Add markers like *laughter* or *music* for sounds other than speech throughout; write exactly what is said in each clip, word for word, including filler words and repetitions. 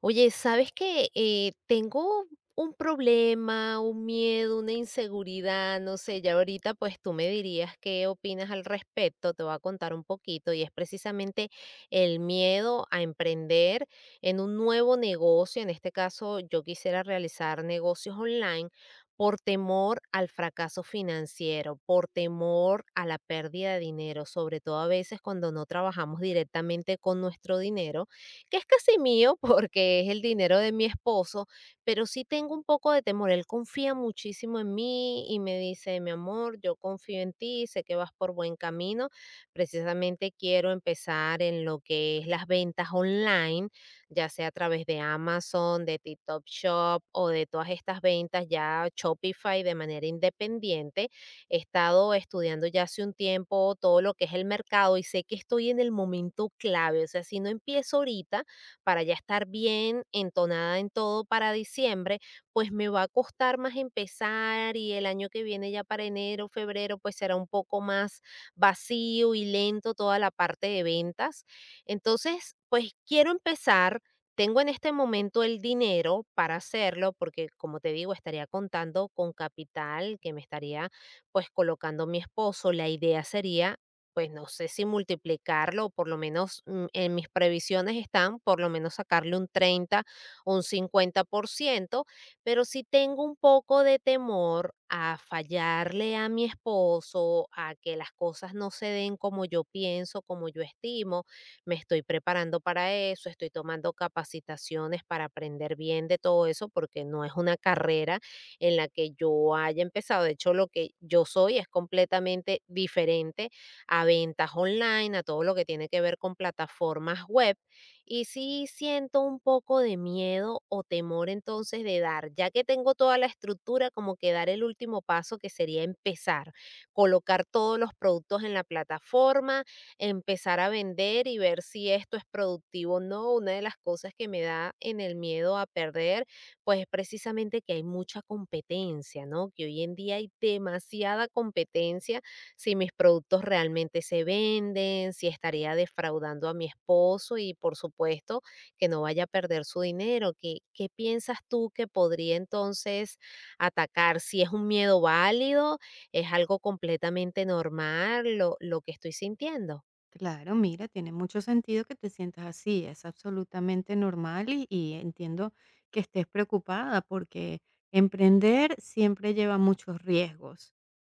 Oye, ¿sabes qué? Eh, tengo un problema, un miedo, una inseguridad, no sé, ya ahorita pues tú me dirías qué opinas al respecto, te voy a contar un poquito y es precisamente el miedo a emprender en un nuevo negocio, en este caso yo quisiera realizar negocios online por temor al fracaso financiero, por temor a la pérdida de dinero, sobre todo a veces cuando no trabajamos directamente con nuestro dinero que es casi mío porque es el dinero de mi esposo, pero sí tengo un poco de temor. Él confía muchísimo en mí y me dice, mi amor, yo confío en ti, sé que vas por buen camino. Precisamente quiero empezar en lo que es las ventas online, ya sea a través de Amazon, de TikTok Shop o de todas estas ventas ya Shopify de manera independiente. He estado estudiando ya hace un tiempo todo lo que es el mercado y sé que estoy en el momento clave. O sea, si no empiezo ahorita para ya estar bien entonada en todo para diciembre, pues me va a costar más empezar y el año que viene ya para enero, febrero, pues será un poco más vacío y lento toda la parte de ventas. Entonces, pues quiero empezar. Tengo en este momento el dinero para hacerlo porque, como te digo, estaría contando con capital que me estaría pues colocando mi esposo, la idea sería, pues no sé si multiplicarlo, o por lo menos mm, en mis previsiones están, por lo menos sacarle un treinta, un cincuenta por ciento, pero sí tengo un poco de temor a fallarle a mi esposo, a que las cosas no se den como yo pienso, como yo estimo. Me estoy preparando para eso, estoy tomando capacitaciones para aprender bien de todo eso, porque no es una carrera, en la que yo haya empezado. De hecho, lo que yo soy es completamente diferente a ventas online, a todo lo que tiene que ver con plataformas web. Y sí siento un poco de miedo o temor entonces de dar, ya que tengo toda la estructura, como que dar el último paso que sería empezar, colocar todos los productos en la plataforma, empezar a vender y ver si esto es productivo o no. Una de las cosas que me da en el miedo a perder pues precisamente que hay mucha competencia, ¿no? Que hoy en día hay demasiada competencia si mis productos realmente se venden, si estaría defraudando a mi esposo y por supuesto que no vaya a perder su dinero. ¿Qué, qué piensas tú que podría entonces atacar? Si es un miedo válido, es algo completamente normal lo, lo que estoy sintiendo. Claro, mira, tiene mucho sentido que te sientas así, es absolutamente normal y, y entiendo que estés preocupada porque emprender siempre lleva muchos riesgos.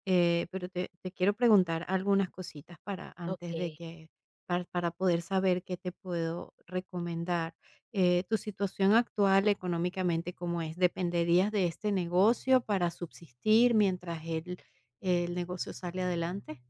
Eh, pero te, te quiero preguntar algunas cositas para antes de Ok. que, par- para poder saber qué te puedo recomendar. Eh, ¿tu situación actual económicamente cómo es? ¿Dependerías de este negocio para subsistir mientras el, el negocio sale adelante?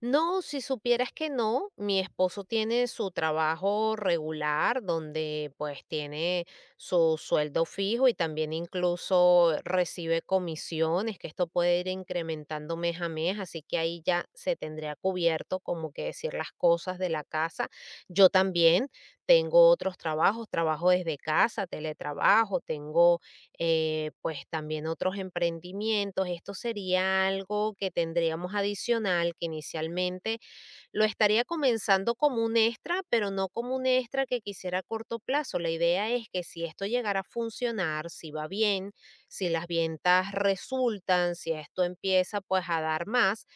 No, si supieras que no, mi esposo tiene su trabajo regular donde pues tiene su sueldo fijo y también incluso recibe comisiones, que esto puede ir incrementando mes a mes, así que ahí ya se tendría cubierto como que decir las cosas de la casa. Yo también tengo otros trabajos, trabajo desde casa, teletrabajo, tengo eh, pues también otros emprendimientos. Esto sería algo que tendríamos adicional, que inicialmente lo estaría comenzando como un extra, pero no como un extra que quisiera a corto plazo. La idea es que si esto llegara a funcionar, si va bien, si las ventas resultan, si esto empieza pues a dar más,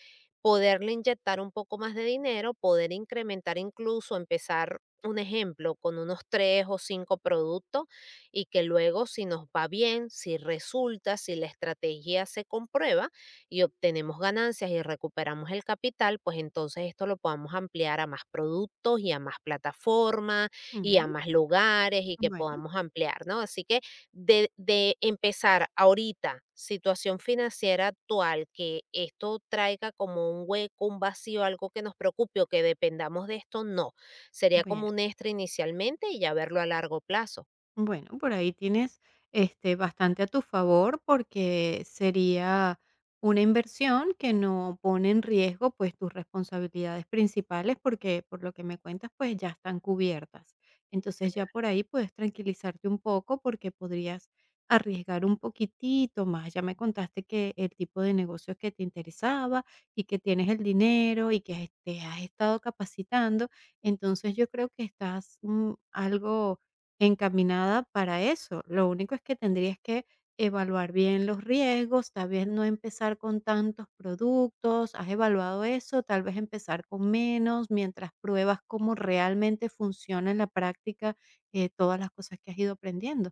poderle inyectar un poco más de dinero, poder incrementar incluso, empezar un ejemplo con unos tres o cinco productos y que luego si nos va bien, si resulta, si la estrategia se comprueba, y obtenemos ganancias y recuperamos el capital, pues entonces esto lo podamos ampliar a más productos y a más plataformas y a Ujú. más lugares y que Bueno, podamos ampliar, ¿no? Así que de, de empezar ahorita situación financiera actual, que esto traiga como un hueco, un vacío, algo que nos preocupe o que dependamos de esto, no. Sería como bueno. un extra inicialmente y ya verlo a largo plazo. Bueno, por ahí tienes, este, bastante a tu favor, porque sería una inversión que no pone en riesgo, pues, tus responsabilidades principales, porque, por lo que me cuentas, pues, ya están cubiertas. Entonces, ya por ahí puedes tranquilizarte un poco, porque podrías arriesgar un poquitito más. Ya me contaste que el tipo de negocios que te interesaba y que tienes el dinero y que te has estado capacitando. Entonces, yo creo que estás, mm, algo encaminada para eso. Lo único es que tendrías que evaluar bien los riesgos, tal vez no empezar con tantos productos, has evaluado eso, tal vez empezar con menos mientras pruebas cómo realmente funciona en la práctica eh, todas las cosas que has ido aprendiendo.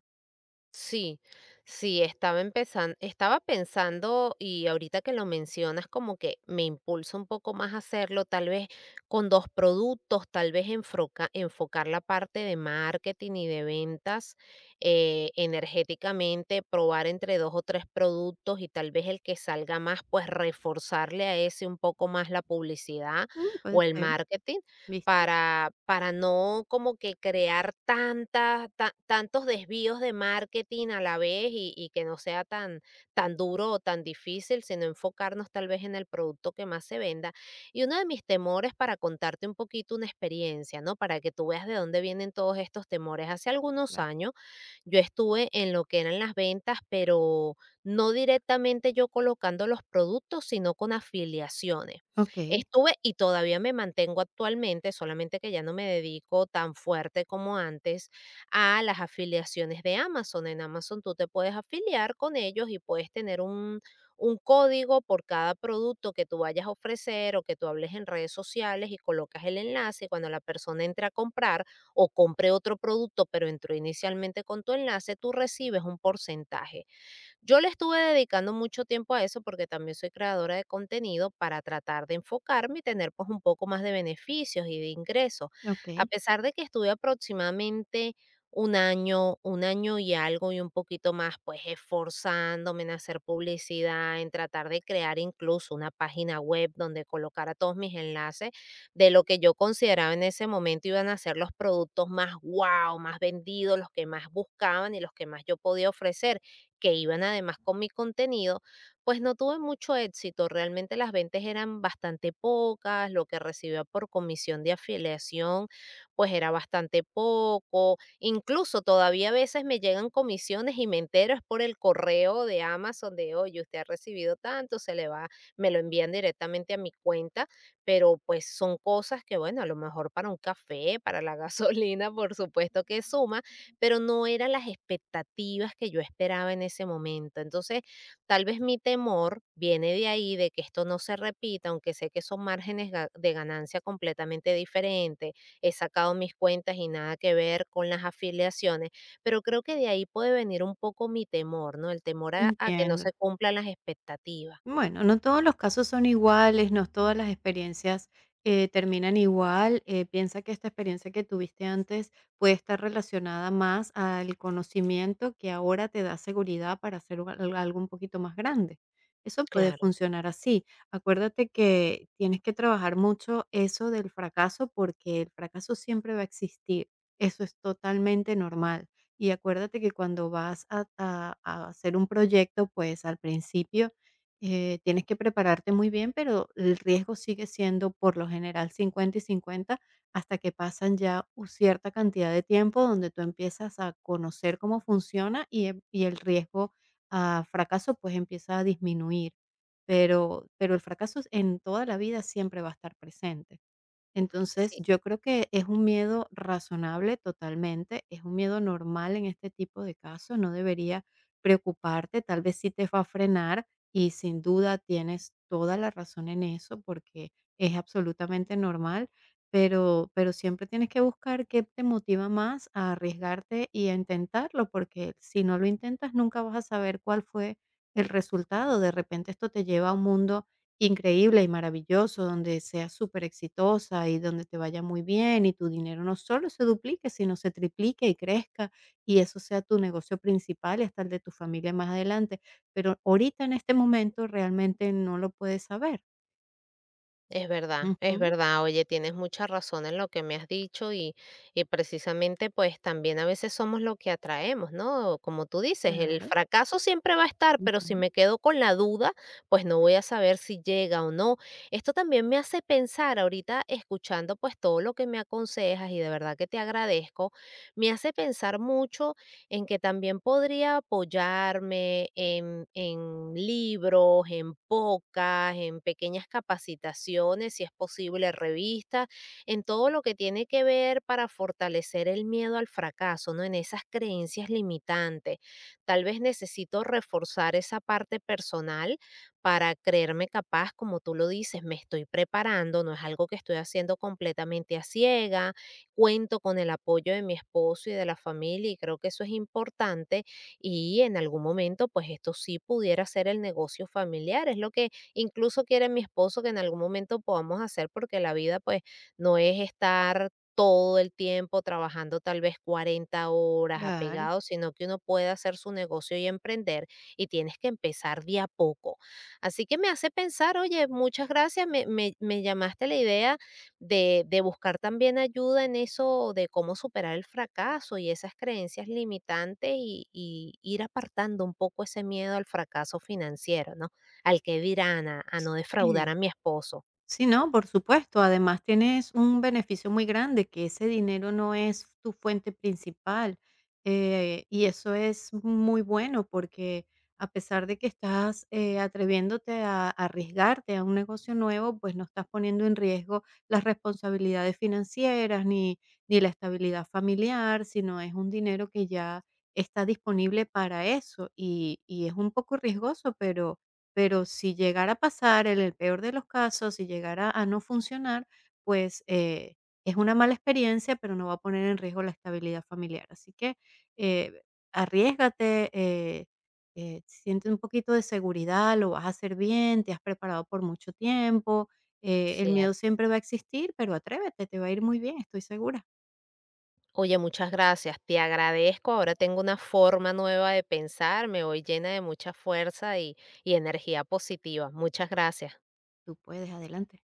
Sí, sí, estaba empezando, estaba pensando y ahorita que lo mencionas como que me impulsa un poco más a hacerlo, tal vez con dos productos, tal vez enfoca- enfocar la parte de marketing y de ventas eh, energéticamente, probar entre dos o tres productos y tal vez el que salga más, pues reforzarle a ese un poco más la publicidad Mm, puede o el ser, marketing ¿viste? para para no como que crear tantas ta tantos desvíos de marketing a la vez y y que no sea tan tan duro o tan difícil, sino enfocarnos tal vez en el producto que más se venda. Y uno de mis temores para contarte un poquito una experiencia, ¿no? Para que tú veas de dónde vienen todos estos temores. Hace algunos Claro. años yo estuve en lo que eran las ventas, pero no directamente yo colocando los productos, sino con afiliaciones. Ok, Estuve y todavía me mantengo actualmente, solamente que ya no me dedico tan fuerte como antes a las afiliaciones de Amazon. En Amazon tú te puedes afiliar con ellos y puedes tener un, un código por cada producto que tú vayas a ofrecer o que tú hables en redes sociales y colocas el enlace y cuando la persona entra a comprar, o compré otro producto, pero entró inicialmente con tu enlace, tú recibes un porcentaje. Yo le estuve dedicando mucho tiempo a eso porque también soy creadora de contenido para tratar de enfocarme y tener pues un poco más de beneficios y de ingresos. A ok, pesar de que estuve aproximadamente un año, un año y algo y un poquito más, pues esforzándome en hacer publicidad, en tratar de crear incluso una página web donde colocara todos mis enlaces de lo que yo consideraba en ese momento iban a ser los productos más wow, más vendidos, los que más buscaban y los que más yo podía ofrecer que iban además con mi contenido, pues no tuve mucho éxito. Realmente las ventas eran bastante pocas, lo que recibía por comisión de afiliación pues era bastante poco. Incluso todavía a veces me llegan comisiones y me entero es por el correo de Amazon de, oye, usted ha recibido tanto, se le va, me lo envían directamente a mi cuenta, pero pues son cosas que, bueno, a lo mejor para un café, para la *laughs* gasolina, por supuesto que suman pero no eran las expectativas que yo esperaba en ese momento. Entonces, tal vez mi temor viene de ahí, de que esto no se repita, aunque sé que son márgenes ga- de ganancia completamente diferentes. He sacado mis cuentas y nada que ver con las afiliaciones, pero creo que de ahí puede venir un poco mi temor, ¿no? El temor a, a que no se entiendo. cumplan las expectativas. Bueno, no todos los casos son iguales, no todas las experiencias eh, terminan igual. Eh, piensa que esta experiencia que tuviste antes puede estar relacionada más al conocimiento que ahora te da seguridad para hacer u- al- algo un poquito más grande. Eso puede Claro, funcionar así. Acuérdate que tienes que trabajar mucho eso del fracaso porque el fracaso siempre va a existir. Eso es totalmente normal. Y acuérdate que cuando vas a a- a hacer un proyecto, pues al principio eh, tienes que prepararte muy bien, pero el riesgo sigue siendo por lo general cincuenta y cincuenta, hasta que pasan ya u- cierta cantidad de tiempo donde tú empiezas a conocer cómo funciona y, em- y el riesgo a fracaso pues empieza a disminuir. Pero, pero el fracaso en toda la vida siempre va a estar presente. Entonces, sí. yo creo que es un miedo razonable totalmente, es un miedo normal en este tipo de casos, no debería preocuparte, tal vez sí te va a frenar y sin duda tienes toda la razón en eso porque es absolutamente normal, pero, pero siempre tienes que buscar qué te motiva más a arriesgarte y a intentarlo porque si no lo intentas nunca vas a saber cuál fue el resultado. De repente esto te lleva a un mundo increíble y maravilloso, donde seas súper exitosa y donde te vaya muy bien y tu dinero no solo se duplique, sino se triplique y crezca y eso sea tu negocio principal y hasta el de tu familia más adelante. Pero ahorita en este momento realmente no lo puedes saber. Es verdad, es Ujú, verdad. Oye, tienes mucha razón en lo que me has dicho y, y precisamente pues también a veces somos lo que atraemos, ¿no? Como tú dices, el claro, fracaso siempre va a estar, pero si ujú, me quedo con la duda, pues no voy a saber si llega o no. Esto también me hace pensar ahorita escuchando pues todo lo que me aconsejas y de verdad que te agradezco, me hace pensar mucho en que también podría apoyarme en, en libros, en pocas, en pequeñas capacitaciones, si es posible, revistas, en todo lo que tiene que ver para fortalecer el miedo al fracaso, ¿no? En esas creencias limitantes. Tal vez necesito reforzar esa parte personal para creerme capaz, como tú lo dices, me estoy preparando, no es algo que estoy haciendo completamente a ciegas. Cuento con el apoyo de mi esposo y de la familia y creo que eso es importante y en algún momento pues esto sí pudiera ser el negocio familiar, es lo que incluso quiere mi esposo que en algún momento podamos hacer porque la vida pues no es estar todo el tiempo trabajando tal vez cuarenta horas claro. apegado, sino que uno puede hacer su negocio y emprender y tienes que empezar de a poco. Así que me hace pensar, oye, muchas gracias, me, me- me llamaste la idea de, de buscar también ayuda en eso de cómo superar el fracaso y esas creencias limitantes y, y ir apartando un poco ese miedo al fracaso financiero, ¿no? Al que dirán, a, a no defraudar Sí. a mi esposo. Sí, no, por supuesto. Además, tienes un beneficio muy grande, que ese dinero no es tu fuente principal. Eh, y eso es muy bueno porque a pesar de que estás eh, atreviéndote a arriesgarte a un negocio nuevo, pues no estás poniendo en riesgo las responsabilidades financieras ni, ni la estabilidad familiar, sino es un dinero que ya está disponible para eso. Y, y es un poco riesgoso, pero pero si llegara a pasar, en el peor de los casos, si llegara a no funcionar, pues, eh, es una mala experiencia, pero no va a poner en riesgo la estabilidad familiar. Así que, eh, arriésgate, eh, eh, siente un poquito de seguridad, lo vas a hacer bien, te has preparado por mucho tiempo, eh, el miedo Cierto. siempre va a existir, pero atrévete, te va a ir muy bien, estoy segura. Oye, muchas gracias, te agradezco. Ahora tengo una forma nueva de pensar, me voy llena de mucha fuerza y, y energía positiva. Muchas gracias. Tú puedes, adelante.